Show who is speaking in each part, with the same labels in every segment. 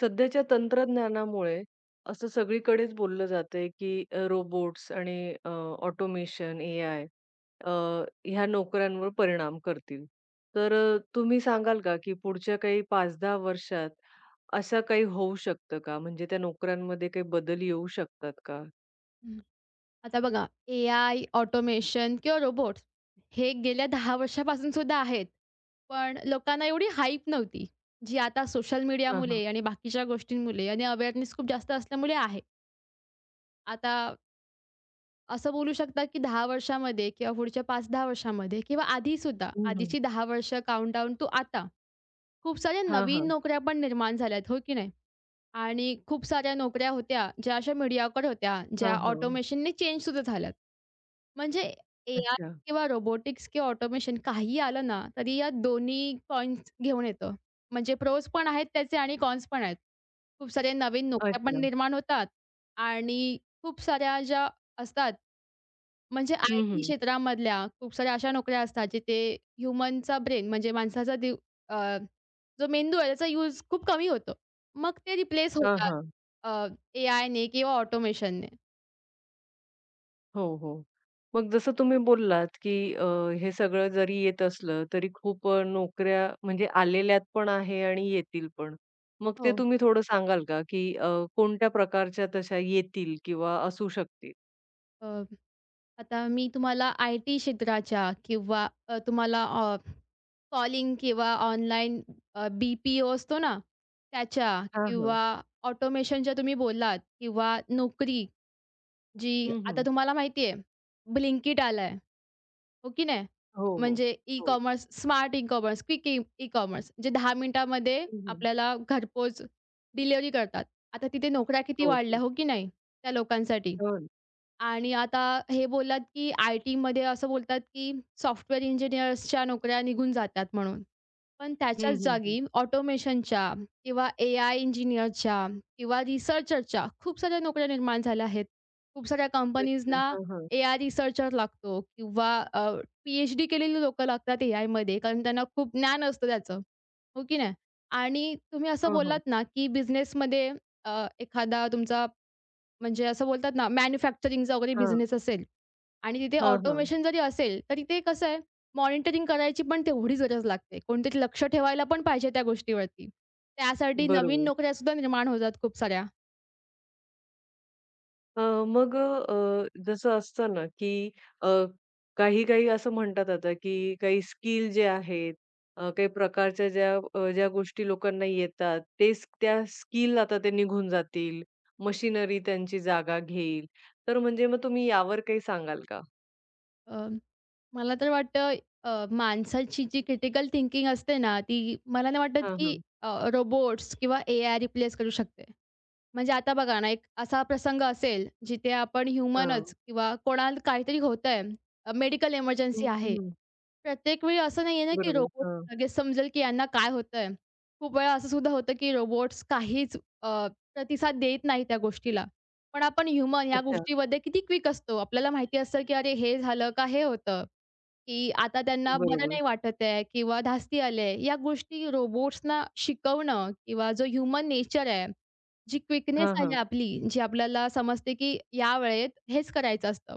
Speaker 1: सध्याच्या तंत्रज्ञानामुळे असं सगळीकडेच बोललं जातंय, की रोबोट्स आणि ऑटोमेशन, ए-आय अ, ह्या नोकऱ्यांवर परिणाम करतील. तर तुम्ही सांगाल का, की पुढच्या काही 5-10 वर्षात असं काही होऊ शकतं का? म्हणजे त्या नोकऱ्यांमध्ये काही बदल येऊ शकतात का?
Speaker 2: हं. आता बघा एआय, ऑटोमेशन किंवा रोबोट्स हे गेल्या 10 वर्षापासून सुद्धा आहेत. पण लोकांना एवढी हाईप नव्हती, जी आता सोशल
Speaker 1: हां, हां.
Speaker 2: मीडियामुळे आणि बाकीच्या गोष्टींमुळे आणि अवेअरनेस खूप जास्त असल्यामुळे आहे. आता असं बोलू शकता, की 10 वर्षामध्ये किंवा पुढच्या 5-10 वर्षामध्ये किंवा आधीसुद्धा,
Speaker 1: हं, हं.
Speaker 2: आधीची 10 वर्ष काउंटडाऊन टू आता, खूप साऱ्या
Speaker 1: हां,
Speaker 2: नवीन
Speaker 1: हां.
Speaker 2: नोकऱ्या पण निर्माण झाल्यात, हो की नाही? आणि खूप साऱ्या नोकऱ्या होत्या, ज्या अशा मीडियाकर होत्या,
Speaker 1: हां,
Speaker 2: ज्या
Speaker 1: हां.
Speaker 2: ऑटोमेशनने चेंज सुद्धा झाल्यात. म्हणजे एआय
Speaker 1: अच्छा.
Speaker 2: किंवा रोबोटिक्स किंवा ऑटोमेशन काही आलं ना, तरी या दोन्ही पॉइंट्स घेऊन येतं. म्हणजे प्रोज पण आहेत त्याचे आणि कॉन्स पण आहेत. खूप साऱ्या नवीन नोकऱ्या पण
Speaker 1: अच्छा.
Speaker 2: निर्माण होतात आणि खूप साऱ्या ज्या असतात म्हणजे
Speaker 1: हं,
Speaker 2: आय-टी
Speaker 1: हं.
Speaker 2: क्षेत्रामधल्या खूप साऱ्या अशा नोकऱ्या असतात, जिथे ह्युमनचा ब्रेन म्हणजे अ, जो मेंदू आहे त्याचा यूज खूप कमी होतो. मग ते रिप्लेस
Speaker 1: हां,
Speaker 2: होतात
Speaker 1: हां.
Speaker 2: अ, एआयने किंवा ऑटोमेशनने.
Speaker 1: हो, हो. मग जसं तुम्ही बोललात, की हे सगळं जरी येत असलं, तरी खूप नोकऱ्या म्हणजे आलेल्यात पण आहे आणि येतील पण. मग ते
Speaker 2: हो.
Speaker 1: तुम्ही थोडं सांगाल का, की कोणत्या प्रकारच्या तशा येतील किंवा असू शकतील?
Speaker 2: अ, आता मी तुम्हाला आय-टी क्षेत्राच्या किंवा तुम्हाला कॉलिंग किंवा ऑनलाईन बी-पी-ओ असतो ना, त्याच्या
Speaker 1: हां, हां.
Speaker 2: किंवा ऑटोमेशनच्या तुम्ही बोललात किंवा नोकरी जी
Speaker 1: हं,
Speaker 2: आता
Speaker 1: हं.
Speaker 2: तुम्हाला माहिती आहे Blinkit आलंय. हो की नाही?
Speaker 1: हो, हो.
Speaker 2: म्हणजे
Speaker 1: हो.
Speaker 2: Ecommerce, smart ecommerce, quick e ecommerce जे 10 मिनिटामध्ये
Speaker 1: हं, हं.
Speaker 2: आपल्याला घरपोच डिलिव्हरी करतात. आता तिथे नोकऱ्या किती
Speaker 1: हो, हो.
Speaker 2: वाढल्या, हो की नाही? त्या लोकांसाठी.
Speaker 1: हो ना.
Speaker 2: आणि आता हे बोललात, की आय-टीमध्ये असं बोलतात, की सॉफ्टवेअर इंजिनिअर्सच्या नोकऱ्या निघून जातात म्हणून. पण
Speaker 1: हं,
Speaker 2: त्याच्याच
Speaker 1: हं, हं.
Speaker 2: जागी ऑटोमेशनच्या किंवा एआय इंजिनिअरच्या किंवा रिसर्चरच्या खूप साऱ्या नोकऱ्या निर्माण झाल्या आहेत. खूप साऱ्या
Speaker 1: अच्छा.
Speaker 2: कंपनीजना
Speaker 1: हां, हां.
Speaker 2: एआय रिसर्चर लागतो किंवा पी-एच-डी केलेली लोकं लागतात एआयमध्ये कारण त्यांना खूप ज्ञान असतं त्याचं, हो की नाही? आणि तुम्ही असं
Speaker 1: हां, हां.
Speaker 2: बोललात ना, की बिझनेसमध्ये एखादा तुमचा म्हणजे असं बोलतात ना मॅन्युफॅक्चरिंगचा वगैरे
Speaker 1: हां.
Speaker 2: बिझनेस असेल आणि तिथे
Speaker 1: हां, हां.
Speaker 2: ऑटोमेशन जरी असेल, तर तिथे कसं आहे, मॉनिटरिंग करायची पण तेवढी गरज लागते. कोणीतरी लक्ष ठेवायला पण पाहिजे त्या गोष्टीवरती. त्यासाठी नवीन
Speaker 1: बरोबर.
Speaker 2: नोकऱ्या सुद्धा निर्माण होतात खूप साऱ्या.
Speaker 1: अ, मग जसं असतं ना, की अ, काही-काही असं म्हणतात आता, की काही स्किल जे आहेत, काही प्रकारच्या ज्या गोष्टी लोकांना येतात, तेच त्या स्किल आता ते निघून जातील, मशिनरी त्यांची जागा घेईल. तर म्हणजे मग तुम्ही यावर काही सांगाल का?
Speaker 2: अ, मला तर वाटतं माणसाची जी क्रिटिकल थिंकिंग असते ना, ती मला नाही वाटत
Speaker 1: हां,
Speaker 2: की
Speaker 1: हां.
Speaker 2: रोबोट्स किंवा एआय रिप्लेस करू शकते. म्हणजे आता बघा ना, एक असा प्रसंग असेल जिथे आपण
Speaker 1: हां.
Speaker 2: ह्युमनच किंवा कोणाला काहीतरी होतंय, मेडिकल
Speaker 1: हं,
Speaker 2: इमर्जन्सी आहे.
Speaker 1: हं.
Speaker 2: प्रत्येक वेळी असं नाहीये ना, की
Speaker 1: बरोबर.
Speaker 2: रोबोट
Speaker 1: हां.
Speaker 2: लगेच समजेल, की यांना काय होतंय. खूप वेळा असं सुद्धा होतं, की रोबोट्स काहीच अ, प्रतिसाद देत नाही त्या गोष्टीला. पण आपण ह्युमन ह्या
Speaker 1: अच्छा.
Speaker 2: गोष्टीमध्ये किती क्विक असतो. आपल्याला माहिती असतं, की अरे हे झालं का हे होतं, की आता त्यांना हो. बरं
Speaker 1: बरोबर.
Speaker 2: नाही वाटत आहे किंवा धास्ती आले. या गोष्टी रोबोट्सना शिकवणं किंवा जो ह्युमन नेचर आहे, जी क्विकनेस
Speaker 1: हां,
Speaker 2: आहे
Speaker 1: हां.
Speaker 2: आपली, जी आपल्याला समजते, की या वेळेत हेच करायचं असतं.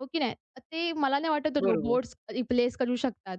Speaker 2: हो की नाही? ते मला नाही वाटत
Speaker 1: बरोबर.
Speaker 2: रोबोट्स रिप्लेस करू शकतात.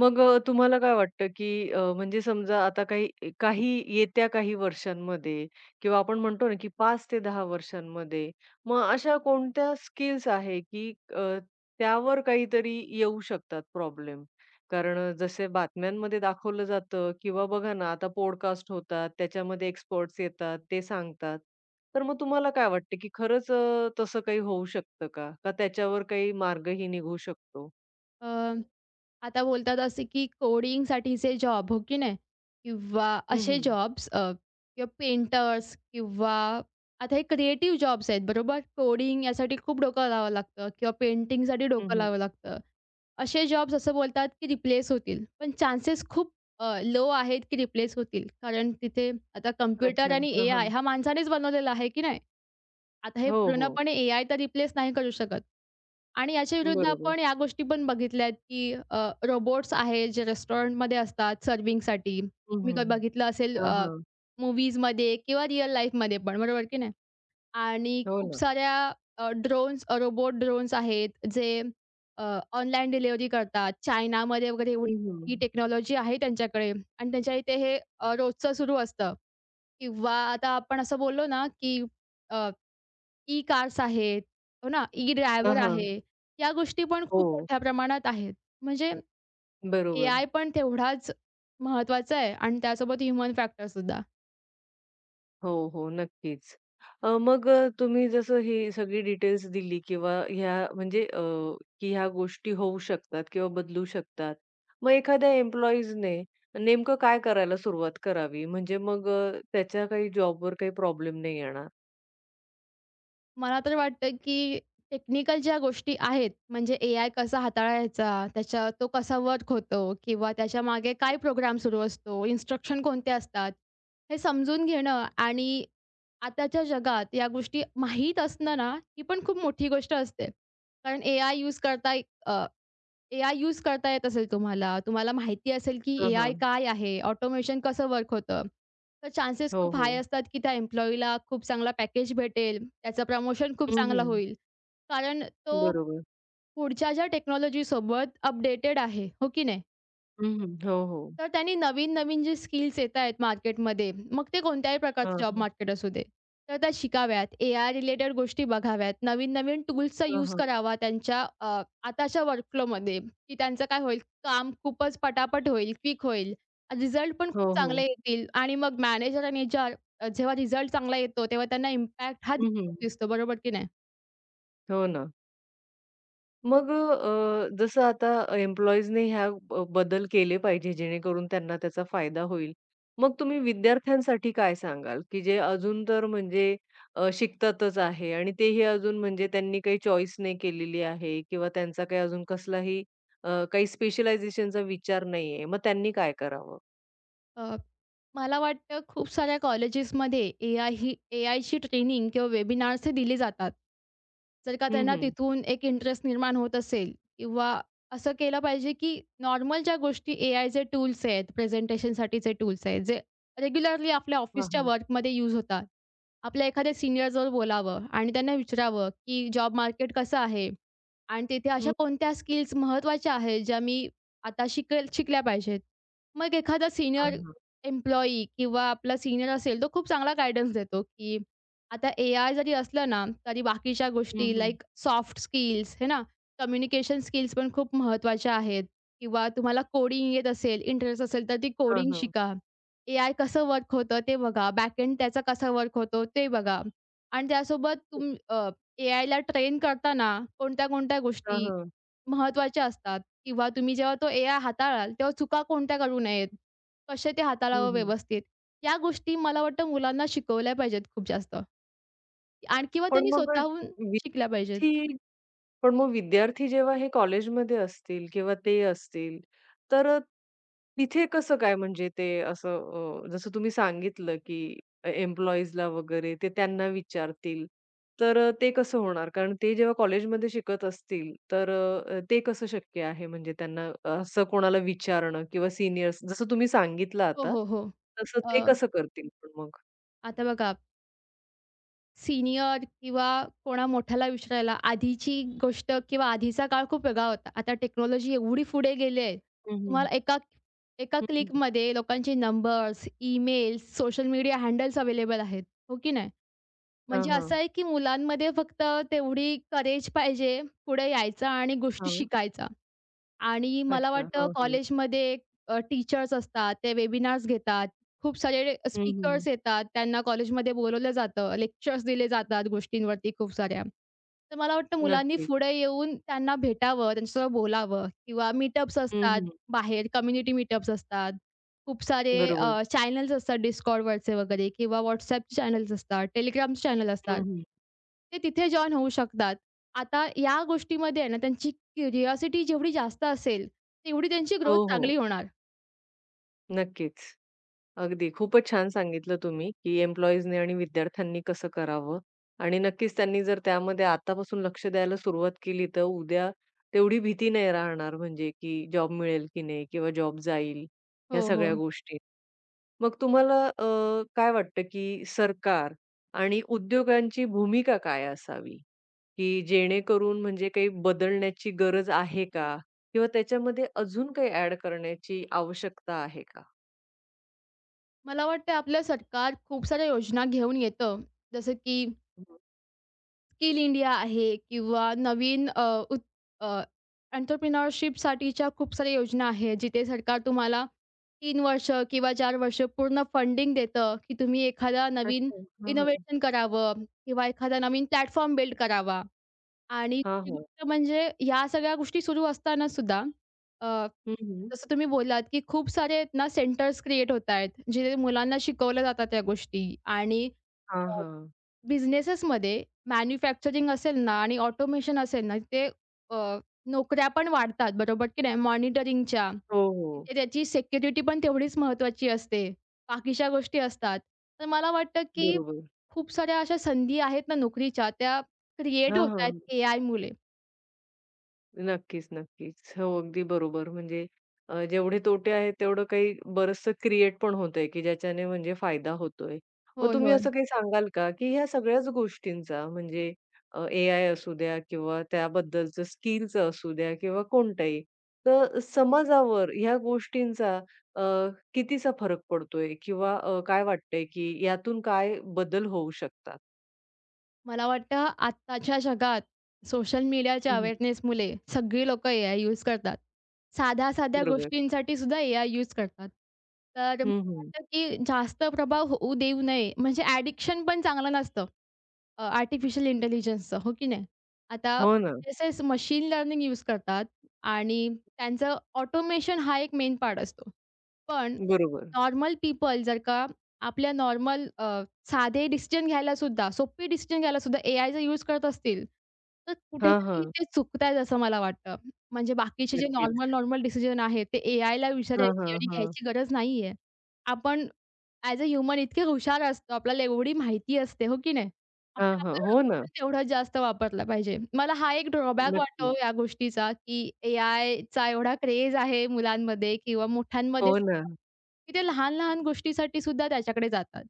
Speaker 1: मग तुम्हाला काय वाटतं, की म्हणजे समजा आता काही काही येत्या काही वर्षांमध्ये किंवा आपण म्हणतो ना, की 5 ते 10 वर्षांमध्ये मग अशा कोणत्या स्किल्स आहे, की त्यावर काहीतरी येऊ शकतात प्रॉब्लेम? कारण जसे बातम्यांमध्ये दाखवलं जातं किंवा बघा ना, आता पॉडकास्ट होतात, त्याच्यामध्ये एक्सपर्ट्स येतात, ते सांगतात. तर मग तुम्हाला काय वाटतं, की खरंच तसं काही होऊ शकतं का? का त्याच्यावर काही मार्गही निघू शकतो?
Speaker 2: अ, आता बोलतात असे की कोडिंगसाठीचे जॉब, हो की नाही? किंवा
Speaker 1: हं,
Speaker 2: असे
Speaker 1: हं.
Speaker 2: जॉब्स किंवा पेंटर्स किंवा आता हे क्रिएटिव्ह जॉब्स आहेत, बरोबर? कोडिंग यासाठी खूप डोकं लावावं लागतं किंवा पेंटिंगसाठी डोकं
Speaker 1: हं,
Speaker 2: लावावं लागतं. असे जॉब्स असं बोलतात की रिप्लेस होतील, पण चान्सेस खूप लो आहेत की रिप्लेस होतील. कारण तिथे आता कॉम्प्युटर
Speaker 1: अच्छा.
Speaker 2: आणि
Speaker 1: हां,
Speaker 2: एआय
Speaker 1: हां.
Speaker 2: हा माणसानेच बनवलेला आहे, की नाही? आता हे
Speaker 1: हो, हो.
Speaker 2: पूर्णपणे एआय तर रिप्लेस नाही करू शकत. आणि याच्या विरुद्ध
Speaker 1: बरोबर.
Speaker 2: आपण या गोष्टी पण बघितल्या आहेत, की रोबोट्स आहेत जे रेस्टॉरंटमध्ये असतात सर्व्हिंगसाठी.
Speaker 1: हं, हं.
Speaker 2: तुम्ही बघितलं असेल
Speaker 1: हां,
Speaker 2: अ,
Speaker 1: हां.
Speaker 2: किंवा रिअल लाईफमध्ये पण, बरोबर की नाही? आणि
Speaker 1: हो
Speaker 2: खूप
Speaker 1: ना.
Speaker 2: साऱ्या रोबोट ड्रोन्स आहेत जे अ, ऑनलाईन डिलिव्हरी करतात. चायनामध्ये वगैरे एवढी
Speaker 1: हं, हं.
Speaker 2: ही टेक्नॉलॉजी आहे त्यांच्याकडे आणि त्यांच्या इथे हे रोजचं सुरू असतं किंवा आता आपण असं बोललो ना, की ई कार्स आहेत, हो ना, ई ड्रायव्हर
Speaker 1: हां,
Speaker 2: हो.
Speaker 1: हां.
Speaker 2: आहे. या गोष्टी पण
Speaker 1: हो.
Speaker 2: खूप मोठ्या प्रमाणात आहेत. म्हणजे
Speaker 1: बरोबर.
Speaker 2: एआय पण तेवढाच महत्त्वाचा आहे आणि त्यासोबत ह्युमन फॅक्टरसुद्धा.
Speaker 1: हो, हो. नक्कीच. मग तुम्ही जसं ही सगळी डिटेल्स दिली किंवा ह्या म्हणजे की ह्या गोष्टी होऊ शकतात किंवा बदलू शकतात. मग एखाद्या एम्प्लॉईजने नेमकं काय करायला सुरुवात करावी? म्हणजे मग त्याच्या काही जॉबवर काही प्रॉब्लेम नाही येणार?
Speaker 2: मला तर वाटतं, की टेक्निकल ज्या गोष्टी आहेत, म्हणजे एआय कसा हाताळायचा, त्याच्या तो कसा वर्क होतो किंवा त्याच्या मागे काय प्रोग्राम सुरू असतो, इन्स्ट्रक्शन कोणत्या असतात, हे समजून घेणं आणि आताच्या जगात या गोष्टी माहीत असणं ना, ही पण खूप मोठी गोष्ट असते. कारण एआय यूज करता येत असेल तुम्हाला. तुम्हाला माहिती असेल की
Speaker 1: हां,
Speaker 2: एआय
Speaker 1: हां.
Speaker 2: काय आहे? ऑटोमेशन कसं वर्क होतं? तर चान्सेस
Speaker 1: हो,
Speaker 2: खूप हाय
Speaker 1: हो.
Speaker 2: असतात की त्या एम्प्लॉयीला खूप चांगला पॅकेज भेटेल. त्याचं प्रमोशन खूप
Speaker 1: हं,
Speaker 2: चांगलं
Speaker 1: हं.
Speaker 2: होईल. कारण तो
Speaker 1: बरोबर.
Speaker 2: पुढच्या ज्या टेक्नॉलॉजीसोबत अपडेटेड आहे. हो की नाही?
Speaker 1: हं, हं. हो, हो.
Speaker 2: तर त्यांनी नवीन-नवीन जे स्किल्स येतायत मार्केटमध्ये, मग ते कोणत्याही
Speaker 1: हां,
Speaker 2: प्रकारचं जॉब
Speaker 1: हां.
Speaker 2: मार्केट असू दे, तर त्या शिकाव्यात. एआय रिलेटेड गोष्टी बघाव्यात. नवीन-नवीन टूल्सचा
Speaker 1: हां,
Speaker 2: यूज
Speaker 1: हां.
Speaker 2: करावा त्यांच्या आताच्या वर्कफ्लोमध्ये, की त्यांचं काय होईल, काम खूपच पटापट होईल, क्विक होईल. रिझल्ट पण
Speaker 1: हो,
Speaker 2: खूप चांगले
Speaker 1: हो.
Speaker 2: येतील आणि मग मॅनेजर आणि एचआर जेव्हा रिझल्ट चांगला येतो, तेव्हा त्यांना इम्पॅक्ट हा
Speaker 1: हं, हं.
Speaker 2: दिसतो, बरोबर की नाही?
Speaker 1: हो ना. मग जसं आता एम्प्लॉईजने ह्या बदल केले पाहिजे जेणेकरून त्यांना त्याचा फायदा होईल. मग तुम्ही विद्यार्थ्यांसाठी काय सांगाल, की जे अजून तर म्हणजे शिकतातच आहे आणि तेही अजून म्हणजे त्यांनी काही चॉईस नाही केलेली आहे किंवा त्यांचा काही अजून कसलाही काही स्पेशलायझेशनचा विचार नाहीये. मग त्यांनी काय करावं?
Speaker 2: अ, मला वाटतं खूप साऱ्या कॉलेजेसमध्ये ए-आय ही ए-आयची ट्रेनिंग किंवा वेबिनार्स हे दिले जातात. जर का
Speaker 1: हं,
Speaker 2: त्यांना
Speaker 1: हं.
Speaker 2: तिथून एक इंटरेस्ट निर्माण होत असेल किंवा असं केलं पाहिजे, की नॉर्मल ज्या गोष्टी ए-आयचे टूल्स आहेत, प्रेझेंटेशनसाठीचे टूल्स आहेत, जे रेग्युलरली आपल्या
Speaker 1: हां,
Speaker 2: ऑफिसच्या
Speaker 1: हां.
Speaker 2: वर्कमध्ये यूज होतात. आपल्या एखाद्या सीनियरजवळ बोलावं आणि त्यांना विचारावं, की जॉब मार्केट कसं आहे? आणि तिथे अशा
Speaker 1: हं.
Speaker 2: कोणत्या स्किल्स महत्त्वाच्या आहेत, ज्या मी आता शिकल्या पाहिजेत. मग एखादा
Speaker 1: हां,
Speaker 2: सीनियर
Speaker 1: हां.
Speaker 2: एम्प्लॉयी किंवा आपला सीनियर असेल, तो खूप चांगला गाईडन्स देतो, की आता एआय जरी असलं ना, तरी बाकीच्या
Speaker 1: हं,
Speaker 2: गोष्टी
Speaker 1: हं.
Speaker 2: लाइक सॉफ्ट स्किल्स है ना, कम्युनिकेशन स्किल्स पण खूप महत्त्वाच्या आहेत किंवा तुम्हाला कोडिंग येत असेल, इंटरेस्ट असेल, तर ती
Speaker 1: हां,
Speaker 2: कोडिंग
Speaker 1: हां.
Speaker 2: शिका. एआय कसं वर्क होतं ते बघा. बॅकएंड त्याचा कसा वर्क होतो ते बघा. आणि त्यासोबत एआयला ट्रेन करताना कोणत्या-कोणत्या
Speaker 1: हां,
Speaker 2: गोष्टी
Speaker 1: हां.
Speaker 2: महत्त्वाच्या असतात किंवा तुम्ही जेव्हा तो एआय हाताळाल, तेव्हा चुका कोणत्या करू नयेत? कसे ते
Speaker 1: हं,
Speaker 2: हाताळावं
Speaker 1: हं.
Speaker 2: व्यवस्थित. या गोष्टी मला वाटतं मुलांना शिकवल्या पाहिजेत खूप जास्त आणि किंवा
Speaker 1: पण
Speaker 2: त्यांनी
Speaker 1: मग अ,
Speaker 2: स्वतःहून शिकल्या पाहिजेत.
Speaker 1: विद्यार्थी पण मग विद्यार्थी जेव्हा हे कॉलेजमध्ये असतील किंवा ते असतील, तर तिथे कसं काय म्हणजे ते असं जसं तुम्ही सांगितलं, की एम्प्लॉईजला वगैरे ते त्यांना विचारतील. तर ते कसं होणार? कारण ते जेव्हा कॉलेजमध्ये शिकत असतील, तर ते कसं शक्य आहे म्हणजे त्यांना असं कोणाला विचारणं किंवा सीनियर्स जसं तुम्ही सांगितलं
Speaker 2: हो,
Speaker 1: आता,
Speaker 2: हो, हो.
Speaker 1: तसं ते
Speaker 2: अ,
Speaker 1: कसं करतील पण मग?
Speaker 2: आता बघा सीनियर किंवा कोणा मोठ्याला विचारायला आधीची गोष्ट किंवा आधीचा काळ खूप वेगळा होता. आता टेक्नॉलॉजी एवढी पुढे गेली आहे.
Speaker 1: हं, हं.
Speaker 2: तुम्हाला एका एका
Speaker 1: हं, हं.
Speaker 2: क्लिकमध्ये लोकांचे numbers, emails, social media handles available आहेत. हो की नाही? म्हणजे
Speaker 1: हां,
Speaker 2: असं आहे की मुलांमध्ये फक्त तेवढी करेज पाहिजे पुढे यायचा आणि गोष्टी शिकायचा. आणि मला
Speaker 1: अच्छा.
Speaker 2: वाटतं
Speaker 1: हां, हां.
Speaker 2: कॉलेजमध्ये टीचर्स असतात, ते वेबिनार्स घेतात. खूप सारे
Speaker 1: हं, हं.
Speaker 2: स्पीकर्स येतात, त्यांना कॉलेजमध्ये बोलावलं जातं, लेक्चर्स दिले जातात गोष्टींवरती खूप साऱ्या. तर मला वाटतं मुलांनी
Speaker 1: नक्कीच.
Speaker 2: पुढे येऊन त्यांना भेटावं, त्यांच्यासोबत बोलावं किंवा मीटअप्स
Speaker 1: हं,
Speaker 2: असतात
Speaker 1: हं.
Speaker 2: बाहेर, कम्युनिटी मीटअप्स असतात. खूप सारे
Speaker 1: बरोबर.
Speaker 2: चॅनल्स असतात Discordवरचे वगैरे किंवा WhatsAppचे चॅनल्स असतात, Telegramचे चॅनल असतात.
Speaker 1: हं, हं.
Speaker 2: ते तिथे जॉइन होऊ शकतात. आता या गोष्टीमध्ये आहे ना त्यांची क्युरिओसिटी जेवढी जास्त असेल, तेवढी त्यांची
Speaker 1: हो,
Speaker 2: ग्रोथ
Speaker 1: हो.
Speaker 2: चांगली होणार.
Speaker 1: नक्कीच. अगदी. खूपच छान सांगितलं तुम्ही, की एम्प्लॉईजनी आणि विद्यार्थ्यांनी कसं करावं आणि नक्कीच त्यांनी जर त्यामध्ये आतापासून लक्ष द्यायला सुरुवात केली, तर उद्या तेवढी भीती नाही राहणार म्हणजे की जॉब मिळेल की नाही किंवा जॉब जाईल,
Speaker 2: हो,
Speaker 1: ह्या सगळ्या
Speaker 2: हो.
Speaker 1: गोष्टी. मग तुम्हाला काय वाटतं, की सरकार आणि उद्योगांची भूमिका काय असावी? की जेणेकरून म्हणजे काही बदलण्याची गरज आहे का? किंवा त्याच्यामध्ये अजून काही ॲड करण्याची आवश्यकता आहे का?
Speaker 2: मला वाटतं आपलं सरकार खूप साऱ्या योजना घेऊन येतं. जसं की
Speaker 1: हं.
Speaker 2: स्किल इंडिया आहे किंवा नवीन अ, उत अ, एंटरप्रेन्योरशिपसाठीच्या खूप साऱ्या योजना आहेत, जिथे सरकार तुम्हाला 3 वर्ष किंवा 4 वर्ष पूर्ण फंडिंग देतं, की तुम्ही एखादा नवीन
Speaker 1: अच्छा. हां, हां.
Speaker 2: इनोव्हेशन करावं किंवा एखादा नवीन प्लॅटफॉर्म बिल्ड करावा. आणि
Speaker 1: हां,
Speaker 2: ती
Speaker 1: हां.
Speaker 2: गोष्ट म्हणजे या सगळ्या गोष्टी सुरू असताना सुद्धा अ,
Speaker 1: हं, हं.
Speaker 2: जसं तुम्ही बोललात, की खूप सारे आहेत ना सेंटर्स क्रिएट होत आहेत, जिथे मुलांना शिकवल्या जातात त्या गोष्टी आणि
Speaker 1: हां,
Speaker 2: अ,
Speaker 1: हां.
Speaker 2: बिझनेसेसमध्ये मॅन्युफॅक्चरिंग असेल ना आणि ऑटोमेशन असेल ना, ते अ, नोकऱ्या पण वाढतात, बरोबर की नाही? मॉनिटरिंगच्या.
Speaker 1: हो, हो.
Speaker 2: तिथे त्याची सिक्युरिटी पण तेवढीच महत्त्वाची असते. बाकीच्या गोष्टी असतात. तर मला वाटतं, की
Speaker 1: बरोबर.
Speaker 2: खूप साऱ्या अशा संधी आहेत ना नोकरीच्या, त्या क्रिएट
Speaker 1: हां,
Speaker 2: होत आहेत
Speaker 1: हां.
Speaker 2: एआयमुळे.
Speaker 1: नक्कीच, नक्कीच. हो, अगदी बरोबर. म्हणजे जेवढे तोटे आहेत तेवढं काही बरचसं क्रिएट पण होतंय, की ज्याच्याने म्हणजे फायदा होतोय. मग
Speaker 2: होय,
Speaker 1: तुम्ही
Speaker 2: होय.
Speaker 1: असं काही सांगाल का, की ह्या सगळ्याच गोष्टींचा म्हणजे एआय असू द्या किंवा त्याबद्दलचं स्किलचं असू द्या किंवा कोणताही, तर समाजावर ह्या गोष्टींचा अ, कितीसा फरक पडतोय किंवा काय वाटतंय, की यातून काय बदल होऊ शकतात?
Speaker 2: मला वाटतं आत्ताच्या जगात सोशल मीडियाच्या
Speaker 1: हं,
Speaker 2: अवेअरनेसमुळे सगळी लोकं ए-आय यूज करतात. साध्या-साध्या
Speaker 1: बरोबर.
Speaker 2: गोष्टींसाठी सुद्धा ए-आय यूज करतात. तर
Speaker 1: हं,
Speaker 2: मला
Speaker 1: हं.
Speaker 2: वाटतं की जास्त प्रभाव होऊ देऊ नये. म्हणजे ॲडिक्शन पण चांगलं नसतं आर्टिफिशियल इंटेलिजन्सचं, हो की नाही? आता
Speaker 1: हो ना.
Speaker 2: जसेच मशीन लर्निंग यूज करतात आणि त्यांचं ऑटोमेशन हा एक मेन पार्ट असतो. पण
Speaker 1: बरोबर.
Speaker 2: नॉर्मल पीपल जर का आपल्या नॉर्मल साधे डिसिजन घ्यायला सुद्धा, सोपे डिसिजन घ्यायला सुद्धा एआयचा यूज करत असतील, तर
Speaker 1: हां,
Speaker 2: कुठेतरी
Speaker 1: हां.
Speaker 2: ते चुकतायत असं मला वाटतं. म्हणजे बाकीचे जे
Speaker 1: नक्कीच.
Speaker 2: नॉर्मल-नॉर्मल डिसिजन आहेत ते एआयला
Speaker 1: हां, हां,
Speaker 2: विचारायची आणि
Speaker 1: हां.
Speaker 2: घ्यायची गरज नाहीये. आपण ॲज अ ह्युमन इतके हुशार असतो, आपल्याला एवढी माहिती असते, हो की नाही? आपण
Speaker 1: हां, हां.
Speaker 2: आपलं
Speaker 1: हो
Speaker 2: डोकं
Speaker 1: ना.
Speaker 2: पण तेवढंच जास्त वापरलं पाहिजे. मला हा एक ड्रॉबॅक वाटतो
Speaker 1: नक्कीच.
Speaker 2: या गोष्टीचा, की एआयचा एवढा क्रेझ आहे मुलांमध्ये किंवा मोठ्यांमध्ये
Speaker 1: हो ना.
Speaker 2: सुद्धा. की ते लहान-लहान गोष्टीसाठी सुद्धा त्याच्याकडे जातात.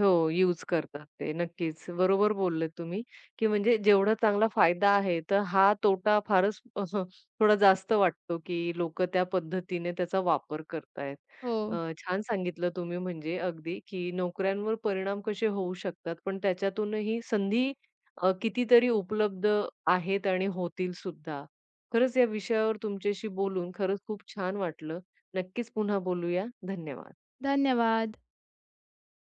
Speaker 1: हो, यूज करतात ते. नक्कीच. बरोबर बोलले तुम्ही, की म्हणजे जेवढा चांगला फायदा आहे, तर हा तोटा फारच असं थोडा जास्त वाटतो, की लोकं त्या पद्धतीने त्याचा वापर करतायत.
Speaker 2: हो,
Speaker 1: अ, छान सांगितलं तुम्ही म्हणजे अगदी, की नोकऱ्यांवर परिणाम कसे होऊ शकतात, पण त्याच्यातूनही संधी कितीतरी उपलब्ध आहेत आणि होतील सुद्धा. खरंच या विषयावर तुमच्याशी बोलून खरंच खूप छान वाटलं. नक्कीच पुन्हा बोलूया. धन्यवाद.
Speaker 2: धन्यवाद.